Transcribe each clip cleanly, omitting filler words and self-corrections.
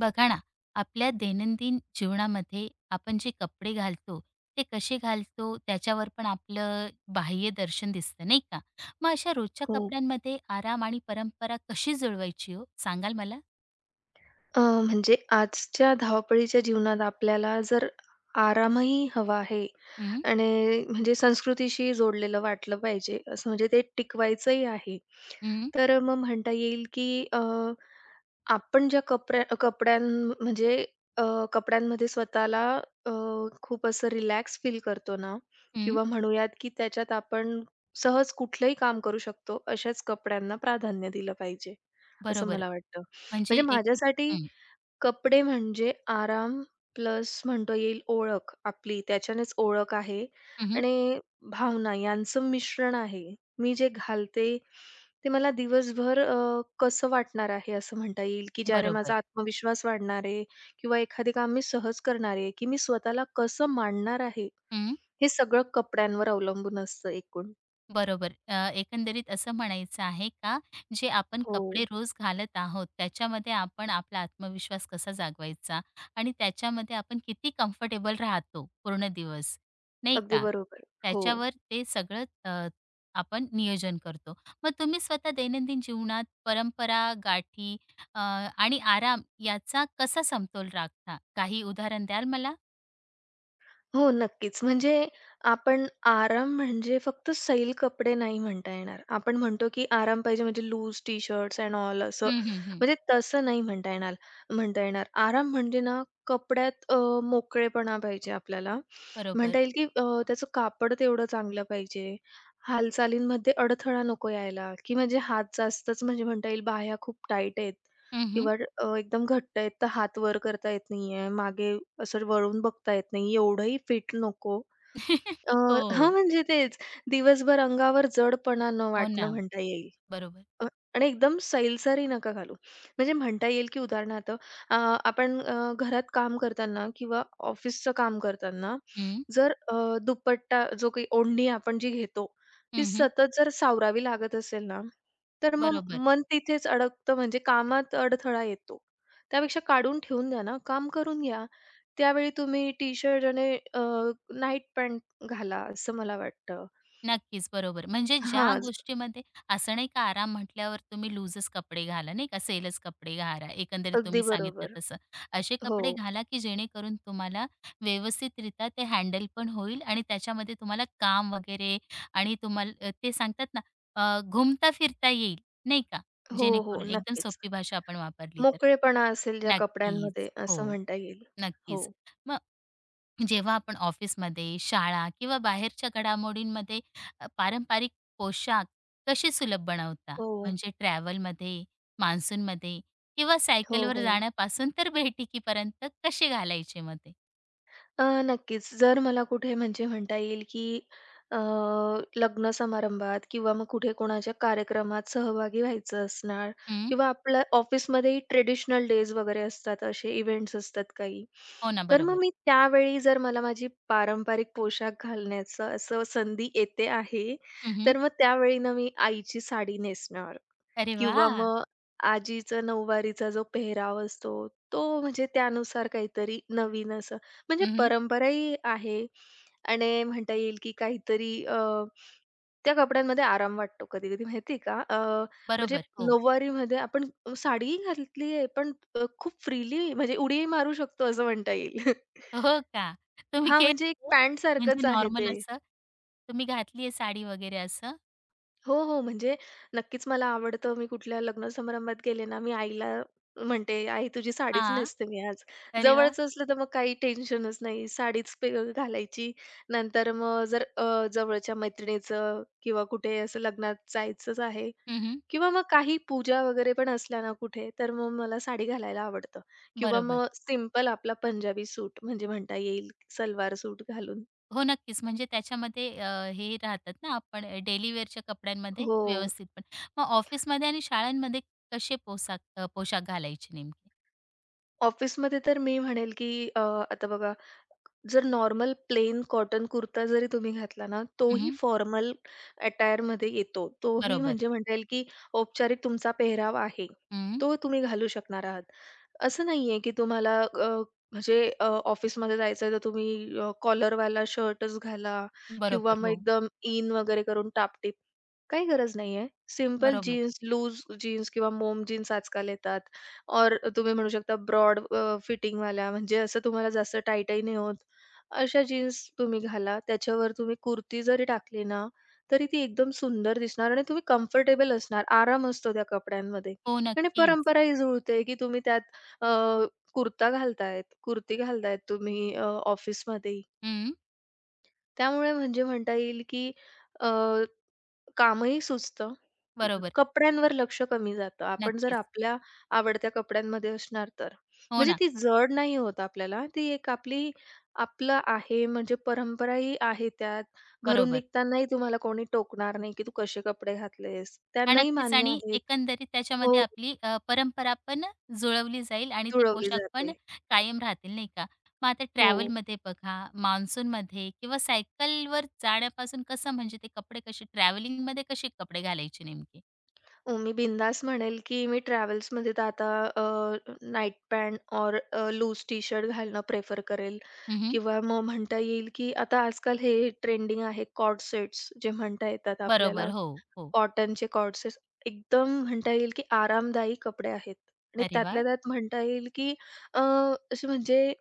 बघा ना, आपल्या दैनंदिन जीवनामध्ये आपण जे कपडे घालतो, ते कसे घालतो त्याच्यावर पण आपलं बाह्य दर्शन दिसतं, नाही का? मग अशा रोजच्या हो. कपड्यांमध्ये आराम आणि परंपरा कशी जुळवायची हो? सांगाल मला? अ, म्हणजे आजच्या धावपळीच्या जीवनात आपल्याला जर आरामही हवा आहे हं, आणि म्हणजे संस्कृतीशी जोडलेलं वाटलं पाहिजे, असं म्हणजे ते टिकवायचंही आहे. हं, तर मग म्हणता येईल, की आपण ज्या कपड्यां म्हणजे अ, कपड्यांमध्ये स्वतःला अ, खूप असं रिलॅक्स फील करतो ना हं. किंवा म्हणूयात, की त्याच्यात आपण सहज कुठलंही काम करू शकतो, अशाच कपड्यांना प्राधान्य दिलं पाहिजे, असं बरोबर. मला वाटतं. म्हणजे म्हणजे एक माझ्यासाठी हं, कपडे म्हणजे आराम प्लस म्हणता येईल ओळख आपली, त्याच्यानेच ओळख आहे हं, आणि भावना यांचं मिश्रण आहे. मी जे घालते, ते मला दिवसभर कसं वाटणार आहे असं म्हणता येईल, की ज्याने बरोबर. माझा आत्मविश्वास वाढणार आहे किंवा एखादे काम मी सहज करणार आहे, की मी स्वतःला कसं मांडणार आहे, हे सगळं कपड्यांवर अवलंबून असतं एकूण. बरोबर. एकंदरीत असं म्हणायचं आहे का, जे आपण हो, कपडे रोज घालत आहोत, त्याच्यामध्ये आपण आपला आत्मविश्वास कसा जागवायचा आणि त्याच्यामध्ये आपण किती कम्फर्टेबल राहतो पूर्ण दिवस, नाही अगदी का? बरोबर. हो. त्याच्यावर ते सगळं आपण नियोजन करतो. मग तुम्ही स्वतः दैनंदिन जीवनात परंपरा, गाठी आणि आराम याचा कसा समतोल राखता? काही उदाहरण द्याल मला? हो, नक्कीच. म्हणजे आपण आराम म्हणजे फक्त सैल कपडे नाही म्हणता येणार. आपण म्हणतो, की आराम पाहिजे म्हणजे लूज टी-शर्ट्स एंड ऑल असं. हं, हं, हं. म्हणजे तसं नाही म्हणता येणार. आराम म्हणजे ना कपड्यात मोकळेपणा पाहिजे आपल्याला. बरोबर. म्हणता येईल, की त्याचं कापड तेवढं चांगलं पाहिजे. हालचालींमध्ये अडथळा नको यायला, की म्हणजे हात जास्तच म्हणजे म्हणता येईल बाह्या खूप टाईट आहेत हं, हं. किंवा एकदम घट्ट आहेत, तर हात वर करता येत नाहीये. मागे असं वरून बघता येत नाही, एवढंही फिट नको. अ, हो. म्हणजे तेच दिवसभर अंगावर जडपणा न हो ना. वाटणं म्हणता येईल. बरोबर. अ, आणि एकदम सैलसरी नका घालू. म्हणजे म्हणता येईल, की उदाहरणार्थ आपण घरात काम करताना किंवा ऑफिसचं काम करताना हं, जर दुपट्टा जो काही ओढणी आपण जी घेतो, ती हं, हं. सतत जर सावरावी लागत असेल ना, तर मग बरोबर. मन तिथेच अडकतं म्हणजे कामात अडथळा येतो. त्यापेक्षा काढून ठेवून द्या ना, काम करून घ्या. त्यावेळी तुम्ही टी-शर्ट आणि अ, नाईट पॅन्ट घाला असं मला वाटतं. नक्कीच, बरोबर. म्हणजे ज्या हां, गोष्टीमध्ये असं नाही का आराम म्हटल्यावर तुम्ही लूजच कपडे घाला, नाही का, सेलच कपडे घाला, एकंदरीत अगदी तुम्ही सांगितलं बरोबर. तसं. असे हो. कपडे घाला, की जेणेकरून तुम्हाला व्यवस्थितरित्या ते हँडल पण होईल आणि त्याच्यामध्ये तुम्हाला काम वगैरे आणि तुम्हाला ते सांगतात ना, घुमता-फिरता येईल, नाही का, हो, हो. जेणेकरून एकदम नक्कीच. सोपी भाषा आपण वापरली तर. मोकळेपणा असेल त्या कपड्यांमध्ये नक्कीच. असं हो, म्हणता येईल. हो. नक्कीच. जेव्हा आपण ऑफिसमध्ये, शाळा किंवा बाहेरच्या घडामोडींमध्ये पारंपरिक पोशाख कसे सुलभ बनवता? हो. म्हणजे ट्रॅव्हलमध्ये, मान्सूनमध्ये किंवा हो, सायकलवर हो. जाण्यापासून तर भेटीकीपर्यंत कसे घालायचे मग ते? नक्कीच. जर मला कुठे म्हणजे म्हणता येईल, की अ, लग्न समारंभात किंवा मग कुठे कोणाच्या कार्यक्रमात सहभागी व्हायचं असणार हं. किंवा आपल्या ऑफिसमध्येही ट्रेडिशनल डेज वगैरे असतात, असे इव्हेंट्स असतात काही. हो ना, तर मग बरोबर. मी त्यावेळी जर मला माझी पारंपरिक पोशाख घालण्याचं असं संधी येते आहे, हं, तर मग त्यावेळी ना मी आईची साडी नेसणार अरे वा, किंवा मग आजीचा नऊवारीचा जो पेहराव असतो, तो म्हणजे त्यानुसार काहीतरी नवीन असं. म्हणजे हं, परंपराही आहे आणि म्हणता येईल की काहीतरी त्या कपड्यांमध्ये आराम वाटतो कधी-कधी माहिती आहे का? म्हणजे बरोबर. हो. नऊवारीमध्ये आपण साडी घातली आहे, पण खूप फ्रीली म्हणजे उडी मारू शकतो असं म्हणता येईल. हो का? तुम्ही हां, म्हणजे एक केले? पॅन्टसारखंच म्हणजे आहे नॉर्मल ते. असं तुम्ही घातली साडी वगैरे असं? हो, हो. म्हणजे नक्कीच मला आवडतं. मी कुठल्या लग्न समारंभात गेले ना, मी आईला म्हणते, "आई तुझी साडीच हां. नेसते मी आज." अरे वाह! जवळचं असलं तर मग काही टेन्शनच नाही. साडीच पे घालायची. नंतर मग जर जवळच्या मैत्रिणीचं किंवा कुठे असं लग्नात जायचंच आहे हं, किंवा मग काही पूजा वगैरे पण असल्या ना कुठे, तर मग मला साडी घालायला आवडतं किंवा बरोबर. मग सिंपल आपला पंजाबी सूट म्हणजे म्हणता येईल सलवार सूट घालून. हो, नक्कीच. म्हणजे त्याच्यामध्ये हे राहतात ना आपण डेली वेअरच्या कपड्यांमध्ये हो. व्यवस्थित पण. मग ऑफिसमध्ये आणि शाळांमध्ये कसे पोशाख पोशाख घालायचे नेमके? ऑफिसमध्ये तर मी म्हणेल, की आता बघा जर नॉर्मल प्लेन कॉटन कुर्ता जरी तुम्ही घातला ना, तोही हं, फॉर्मल अटायरमध्ये येतो. तोही बरोबर. म्हणजे म्हणता येईल, की औपचारिक तुमचा पेहराव आहे. हं. तो तुम्ही घालू शकणार आहात. असं नाहीये, की तुम्हाला म्हणजे ऑफिसमध्ये जायचंय तर तुम्ही कॉलरवाला शर्टच घाला किंवा बरोबर. मग हो. एकदम इन वगैरे करून टाप काही गरज नाहीये. सिंपल बरोबर. जीन्स, लूज जीन्स किंवा मोम जीन्स आजकाल येतात और तुम्ही म्हणू शकता ब्रॉड फिटिंगवाल्या म्हणजे असं तुम्हाला जास्त टाईटही नाही होत. अशा जीन्स तुम्ही घाला. त्याच्यावर तुम्ही कुर्ती जरी टाकली ना, तरी ती एकदम सुंदर दिसणार आणि तुम्ही कम्फर्टेबल असणार. आराम असतो त्या कपड्यांमध्ये हो, आणि नक्कीच. परंपरा जुळते, की तुम्ही त्यात अ, कुर्ता घालतायत, कुर्ती घालतायत तुम्ही ऑफिसमध्ये. हं. त्यामुळे म्हणजे म्हणता येईल, की कामही सुचतं. बरोबर. कपड्यांवर लक्ष कमी जातं. आपण जर नक्कीच. आपल्या आवडत्या कपड्यांमध्ये असणार तर. हो म्हणजे ना. ती जड नाही होत आपल्याला. ती एक आपली आपलं आहे म्हणजे परंपराही आहे त्यात. घरून बरोबर. निघतानाही तुम्हाला कोणी टोकणार नाही, की "तू कसे कपडे घातलेस." हां, त्यांनाही नक्कीच मान्य आणि आहेत. एकंदरीत त्याच्यामध्ये हो, आपली परंपरा पण जुळवली जाईल आणि ते जुळवली पोशाख पण जाते. कायम राहतील, नाही का? मग आता हो. ट्रॅव्हलमध्ये बघा, मान्सूनमध्ये किंवा सायकलवर जाण्यापासून कसं म्हणजे ते कपडे कसे ट्रॅव्हलिंगमध्ये कसे कपडे घालायचे नेमके? मी बिनधास्त म्हणेल, की मी ट्रॅव्हल्समध्ये तर आता नाईट पॅन्ट और लूज टी शर्ट घालणं प्रेफर करेल हं, हं. किंवा मग म्हणता येईल, की आता आजकाल हे ट्रेंडिंग आहे कॉर्डसेट्स जे म्हणता येतात आपल्याला. बरोबर. हो, हो. कॉटनचे कॉर्डसेट्स एकदम म्हणता येईल, की आरामदायी कपडे आहेत आणि अरे त्यातल्या वाह! त्यात म्हणता येईल, की अ, असे म्हणजे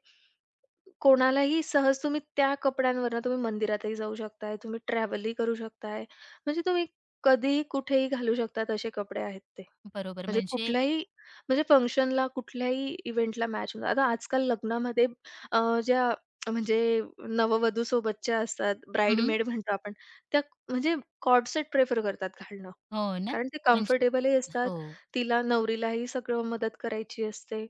कोणालाही सहज तुम्ही त्या कपड्यांवरनं तुम्ही मंदिरातही जाऊ शकताय, तुम्ही ट्रॅव्हलही करू शकताय. म्हणजे तुम्ही कधीही कुठेही घालू शकता असे कपडे आहेत ते. बरोबर म्हणजे म्हणजे कुठल्याही म्हणजे फंक्शनला, कुठल्याही इव्हेंटला मॅच होतात. आता आजकाल लग्नामध्ये अ, ज्या म्हणजे नववधूसोबतच्या असतात, हं, ब्राईडमेड म्हणतो आपण, त्या म्हणजे कॉर्ड सेट करतात घालणं. हो ना? कारण ते म्हणजे कम्फर्टेबलही असतात. हो, तिला नवरीलाही सगळं मदत करायची असते.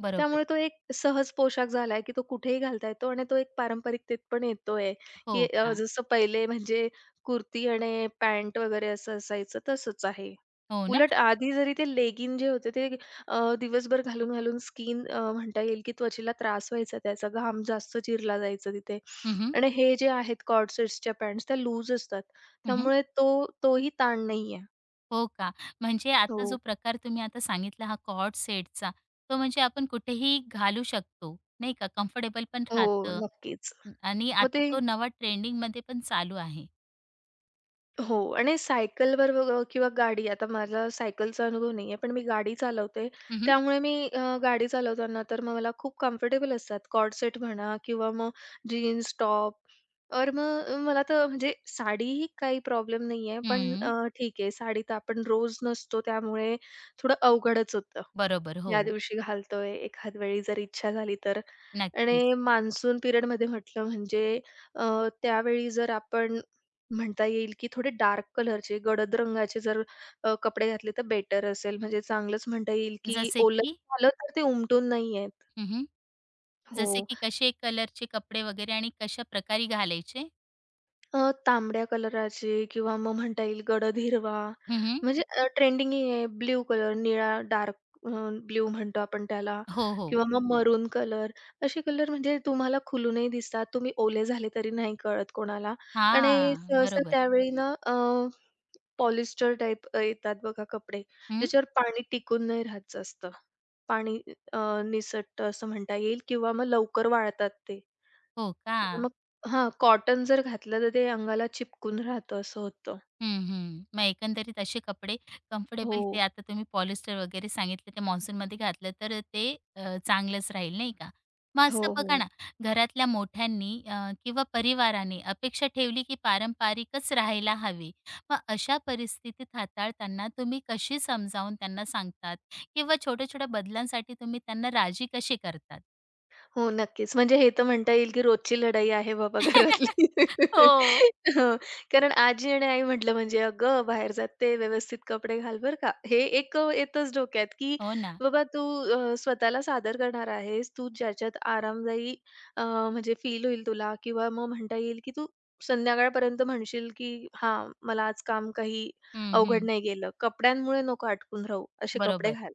बरोबर. त्यामुळे तो एक सहज पोशाख झालाय, की तो कुठेही घालता येतो आणि तो एक पारंपरिकतेत पण येतोय, हो की का? जसं पहिले म्हणजे कुर्ती आणि पॅन्ट वगैरे असं असायचं तसंच आहे. हो ना? उलट आधी जरी ते लेगिन जे होते ते दिवसभर घालून-घालून स्किन म्हणता येईल, की त्वचेला त्रास व्हायचा त्याचा, घाम जास्त चिरला जायचा तिथे. हं, हं. आणि हे जे आहेत कॉर्ड सेट्सच्या पॅन्ट्स त्या लूज असतात. त्यामुळे तो तोही ताण नाहीये. हो का? म्हणजे आता जो हो. प्रकार तुम्ही आता सांगितला हा कॉर्ड सेटचा, तो म्हणजे आपण कुठेही घालू शकतो, नाही का? कम्फर्टेबल पण हो, राहतं नक्कीच. आणि मग आता ते तो नवा ट्रेंडिंगमध्ये पण चालू आहे. हो आणि सायकलवर बघा किंवा गाडी आता माझा सायकलचा अनुभव नाही आहे, पण मी गाडी चालवते. हं, हं. त्यामुळे मी गाडी चालवताना तर मग मला खूप कम्फर्टेबल असतात कॉर्डसेट म्हणा किंवा मग जीन्स, टॉप और मग मला तर म्हणजे साडीही काही प्रॉब्लेम नाही आहे. पण ठीक आहे साडी तर आपण रोज नसतो त्यामुळे थोडं अवघडच होतं. बरोबर. हो, या दिवशी घालतोय, एखाद वेळी जर इच्छा झाली तर. नक्कीच. आणि मान्सून पिरियडमध्ये म्हटलं म्हणजे अ, त्यावेळी जर आपण म्हणता येईल, की थोडे डार्क कलरचे, गडद रंगाचे जर कपडे घातले तर बेटर असेल. म्हणजे चांगलंच म्हणता येईल, की जसे ओलं की? झालं तर ते उमटून नाही आहेत. हं, जसे हो. की कसे कलरचे कपडे वगैरे आणि कशा प्रकारे घालायचे? तांबड्या कलराचे किंवा मग म्हणता येईल गडद हिरवा, हं, म्हणजे ट्रेंडिंग आहे ब्लू कलर, निळा डार्क ब्ल्यू ब्लू म्हणतो आपण त्याला हो, हो. किंवा मग मरून कलर. असे कलर म्हणजे तुम्हाला खुलूनही दिसतात. तुम्ही ओले झाले तरी नाही कळत कोणाला आणि हां, सहसा बरोबर. त्यावेळी ना पॉलिस्टर टाइप येतात बघा कपडे, हं. ज्याच्यावर पाणी टिकून नाही राहत जास्त. पाणी अ, निसटतं असं म्हणता येईल किंवा मग लवकर वाळतात ते. हो का? किंवा मग हां, कॉटन जर घातलं तर ते अंगाला चिपकून राहतं असं होतं. हं, हं. मग एकंदरीत असे कपडे कम्फर्टेबल हो. ते आता तुम्ही पॉलिस्टर वगैरे सांगितलं ते मान्सूनमध्ये घातलं तर ते चांगलंच राहील नाही का? मग असं हो, बघा हो. ना, घरातल्या मोठ्यांनी किंवा परिवाराने अपेक्षा ठेवली की पारंपरिकच राहायला हवी. मग अशा परिस्थितीत हाताळताना तुम्ही कशी समजावून त्यांना सांगतात किंवा छोट्या-छोट्या बदलांसाठी तुम्ही त्यांना राजी कशी करतात? हो, नक्कीच. म्हणजे हे तर म्हणता येईल, की रोजची लढाई आहे बाबा घरातली. हो. हो, कारण आजी आणि आई म्हटलं म्हणजे, "अगं, बाहेर जाते, व्यवस्थित कपडे घाल बरं का." हे एक येतच डोक्यात, की हो ना. बाबा तू स्वतःला सादर करणार आहेस. तू ज्याच्यात आरामदायी म्हणजे फील होईल तुला किंवा मग म्हणता येईल, की तू संध्याकाळपर्यंत म्हणशील, की "हां, मला आज काम काही हं, अवघड हं. नाही गेलं." कपड्यांमुळे नको अटकून राहू, असे कपडे बरोबर. घाल.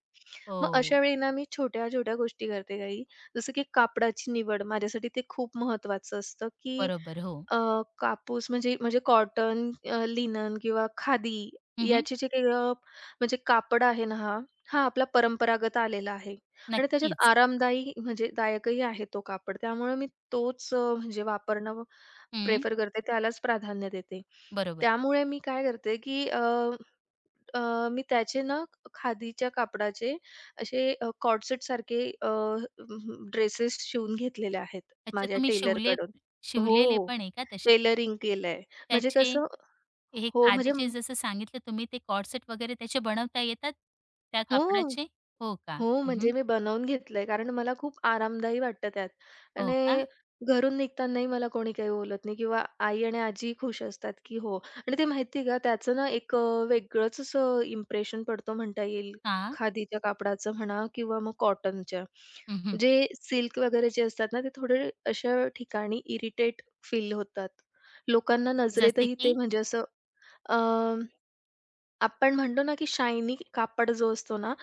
मग अशा हो. वेळी ना मी छोट्या-छोट्या गोष्टी करते काही. जसं की कापडाची निवड माझ्यासाठी ते खूप महत्त्वाचं असतं, की बरोबर. हो. अ, कापूस म्हणजे म्हणजे कॉटन, लिनन किंवा खादी हं, हं. याचे जे काही म्हणजे कापड आहे ना हा, हा आपला परंपरागत आलेला आहे आणि त्याच्यात नक्कीच. आरामदायी म्हणजे दायकही आहे तो कापड. त्यामुळे मी तोच म्हणजे वापरणं हं, प्रेफर करते, त्यालाच प्राधान्य देते. बरोबर. त्यामुळे मी काय करते, की मी त्याचे ना खादीच्या कापडाचे असे कॉर्सेट सारखे ड्रेसेस शिवून घेतलेले आहेत अच्छा माझ्या तुम्ही शिवले टेलरकडून. शिवलेले हो, पण आहे का तसे? टेलरिंग केलंय. म्हणजे त्याचे कसं हे हो, खादीचे जसं सांगितलं तुम्ही ते कॉर्सेट वगैरे त्याचे बनवता येतात? त्या हो. कापडाचे? हो का? हो, हं, म्हणजे मी बनवून घेतलंय कारण मला खूप आरामदायी वाटतं त्यात हो का? आणि घरून निघतानाही मला कोणी काही बोलत नाही किंवा आई आणि आजी खुश असतात, की हो आणि ते माहिती का त्याचं ना एक वेगळंच असं इम्प्रेशन पडतो म्हणता येईल. हां. खादीच्या कापडाचं म्हणा किंवा मग कॉटनच्या. हं, जे सिल्क वगैरे जे असतात ना, ते थोडे अशा ठिकाणी इरिटेट फील होतात. लोकांना जसे नजरेतही ते की? म्हणजे असं आपण म्हणतो ना, की शायनी कापड जो असतो ना,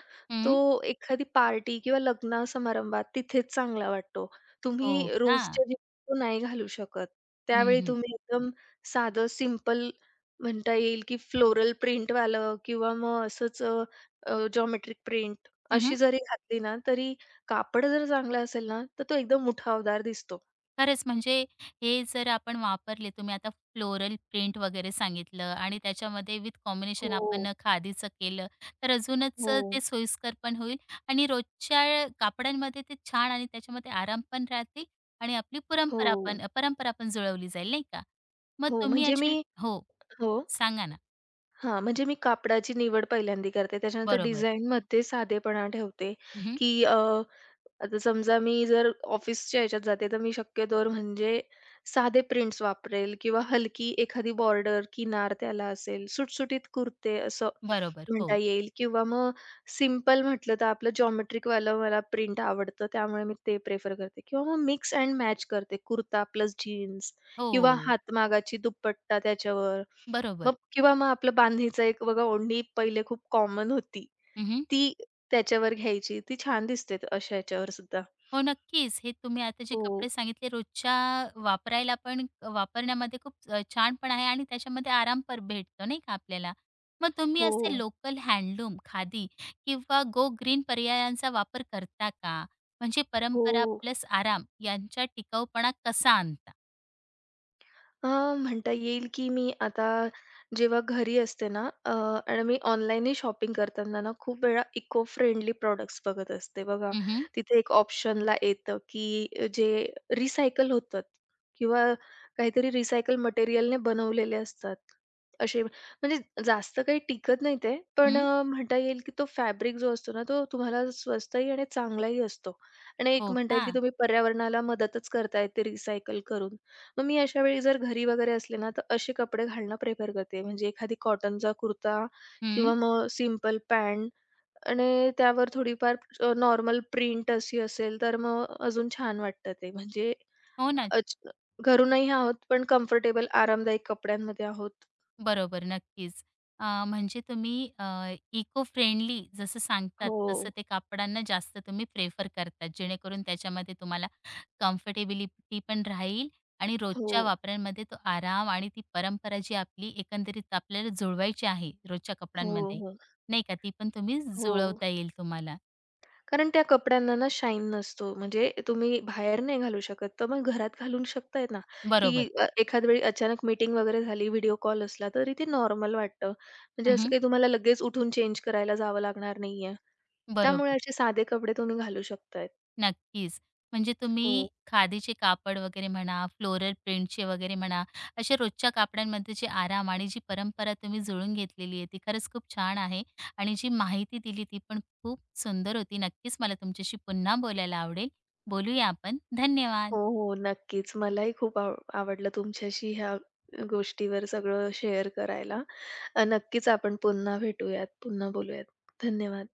तो हं. एखादी पार्टी किंवा लग्न-समारंभात तिथेच चांगला वाटतो. हो तुम्ही का? रोजच्या जीवनात तो नाही घालू शकत. हं, त्यावेळी हं. तुम्ही एकदम साधं सिंपल म्हणता येईल, की फ्लोरल प्रिंटवालं किंवा मग असंच अ, अ, जॉमेट्रिक प्रिंट अशी जरी घातली ना, तरी कापड जर चांगला असेल ना, तर तो एकदम उठावदार दिसतो. खरंच म्हणजे हे जर आपण वापरले तुम्ही आता फ्लोरल प्रिंट वगैरे सांगितलं आणि त्याच्यामध्ये विथ कॉम्बिनेशन हो, आपण खादीचं केलं तर अजूनच हो, ते सोयीस्कर पण होईल आणि रोजच्या कापडांमध्ये ते छान आणि त्याच्यामध्ये आराम पण राहतील आणि आपली परंपरा हो, पण परंपरा पण जुळवली जाईल नाही का? मग हो. तुम्ही म्हणजे मी अशी हो, हो. सांगा ना. हां, म्हणजे मी कापडाची निवड पहिल्यांदा करते. त्याच्यानंतर बरोबर. डिझाइनमध्ये साधेपणा ठेवते, हं, की आता समजा मी जर ऑफिसच्या ह्याच्यात जाते, तर मी शक्यतोवर म्हणजे साधे प्रिंट्स वापरेल किंवा हलकी एखादी बॉर्डर, किनार त्याला असेल, सुटसुटीत कुर्ते असं बरोबर. म्हणता हो. येईल किंवा मग सिंपल म्हटलं तर आपलं जॉमेट्रिकवालं मला प्रिंट आवडतं, त्यामुळे मी ते प्रिफर करते किंवा मग मिक्स एंड मॅच करते. कुर्ता प्लस जीन्स हो, हो, किंवा हो. हातमागाची दुपट्टा त्याच्यावर. बरोबर. मग किंवा मग आपलं बांधणीचं एक बघा ओढणी पहिले खूप कॉमन होती. हं, ती त्याच्यावर घ्यायची. ती छान दिसते अशा ह्याच्यावर सुद्धा. हो, नक्कीच. हे तुम्ही आता जे हो, कपडे सांगितले रोजच्या वापरायला पण वापरण्यामध्ये खूप छान पण आहे आणि त्याच्यामध्ये आराम पण भेटतो नाही का आपल्याला. मग तुम्ही हो, असे लोकल हँडलूम, खादी किंवा गो ग्रीन पर्यायांचा वापर करता का? म्हणजे हो. परंपरा प्लस आराम यांचा टिकाऊपणा कसा आणता? अ, म्हणता येईल की मी आता जेव्हा घरी असते ना आणि मी ऑनलाईनही शॉपिंग करताना ना खूप वेळा इको फ्रेंडली प्रॉडक्ट्स बघत असते बघा. हं, हं. तिथे एक ऑप्शनला येतं की जे रिसायकल होतात किंवा काहीतरी रिसायकल मटेरियलने बनवलेले असतात. असे म्हणजे जास्त काही टिकत नाही ते, पण म्हणता येईल की तो फॅब्रिक जो असतो ना तो तुम्हाला स्वस्तही आणि चांगलाही असतो आणि एक हो म्हणता का? येईल की तुम्ही पर्यावरणाला मदतच करताय ते रिसायकल करून. मग मी अशा वेळी जर घरी वगैरे असले ना, तर असे कपडे घालणं प्रिफर करते. म्हणजे एखादी कॉटनचा कुर्ता हं. किंवा मग सिंपल पॅन्ट आणि त्यावर थोडीफार नॉर्मल प्रिंट अशी असेल, तर मग अजून छान वाटतं ते. म्हणजे हो ना. अच घरूनही आहोत, पण कम्फर्टेबल आरामदायक कपड्यांमध्ये आहोत. बरोबर, नक्कीच. म्हणजे तुम्ही इको फ्रेंडली जसं सांगतात हो. तसं ते कापडांना जास्त तुम्ही प्रेफर करतात, जेणेकरून त्याच्यामध्ये तुम्हाला कम्फर्टेबिलिटी पण राहील आणि हो. रोजच्या वापरांमध्ये तो आराम आणि ती परंपरा जी आपली एकंदरीत आपल्याला जुळवायची आहे रोजच्या हो, कपड्यांमध्ये, हो. नाही का, ती पण तुम्ही हो. जुळवता येईल तुम्हाला. कारण त्या कपड्यांना ना शाईन नसतो. म्हणजे तुम्ही बाहेर नाही घालू शकत. तर मग घरात घालून शकताय ना, की बरोबर. एखाद वेळी अचानक मीटिंग वगैरे झाली, व्हिडिओ कॉल असला, तरी ते नॉर्मल वाटतं. म्हणजे असं हं, काही तुम्हाला लगेच उठून चेंज करायला जावं लागणार नाहीये. त्यामुळे बरोबर. असे साधे कपडे तुम्ही घालू शकतायत. नक्कीच. म्हणजे तुम्ही हो. खादीचे कापड वगैरे म्हणा, फ्लोरल प्रिंटचे वगैरे म्हणा, अशा रोजच्या कापडांमध्ये जे आराम आणि जी परंपरा तुम्ही जुळून घेतलेली आहे, ती खरंच खूप छान आहे आणि जी माहिती दिली ती पण खूप सुंदर होती. नक्कीच मला तुमच्याशी पुन्हा बोलायला आवडेल. बोलूया आपण. धन्यवाद. हो, हो. नक्कीच. मलाही खूप आवडलं तुमच्याशी ह्या गोष्टीवर सगळं शेअर करायला. नक्कीच आपण पुन्हा भेटूयात, पुन्हा बोलूयात. धन्यवाद.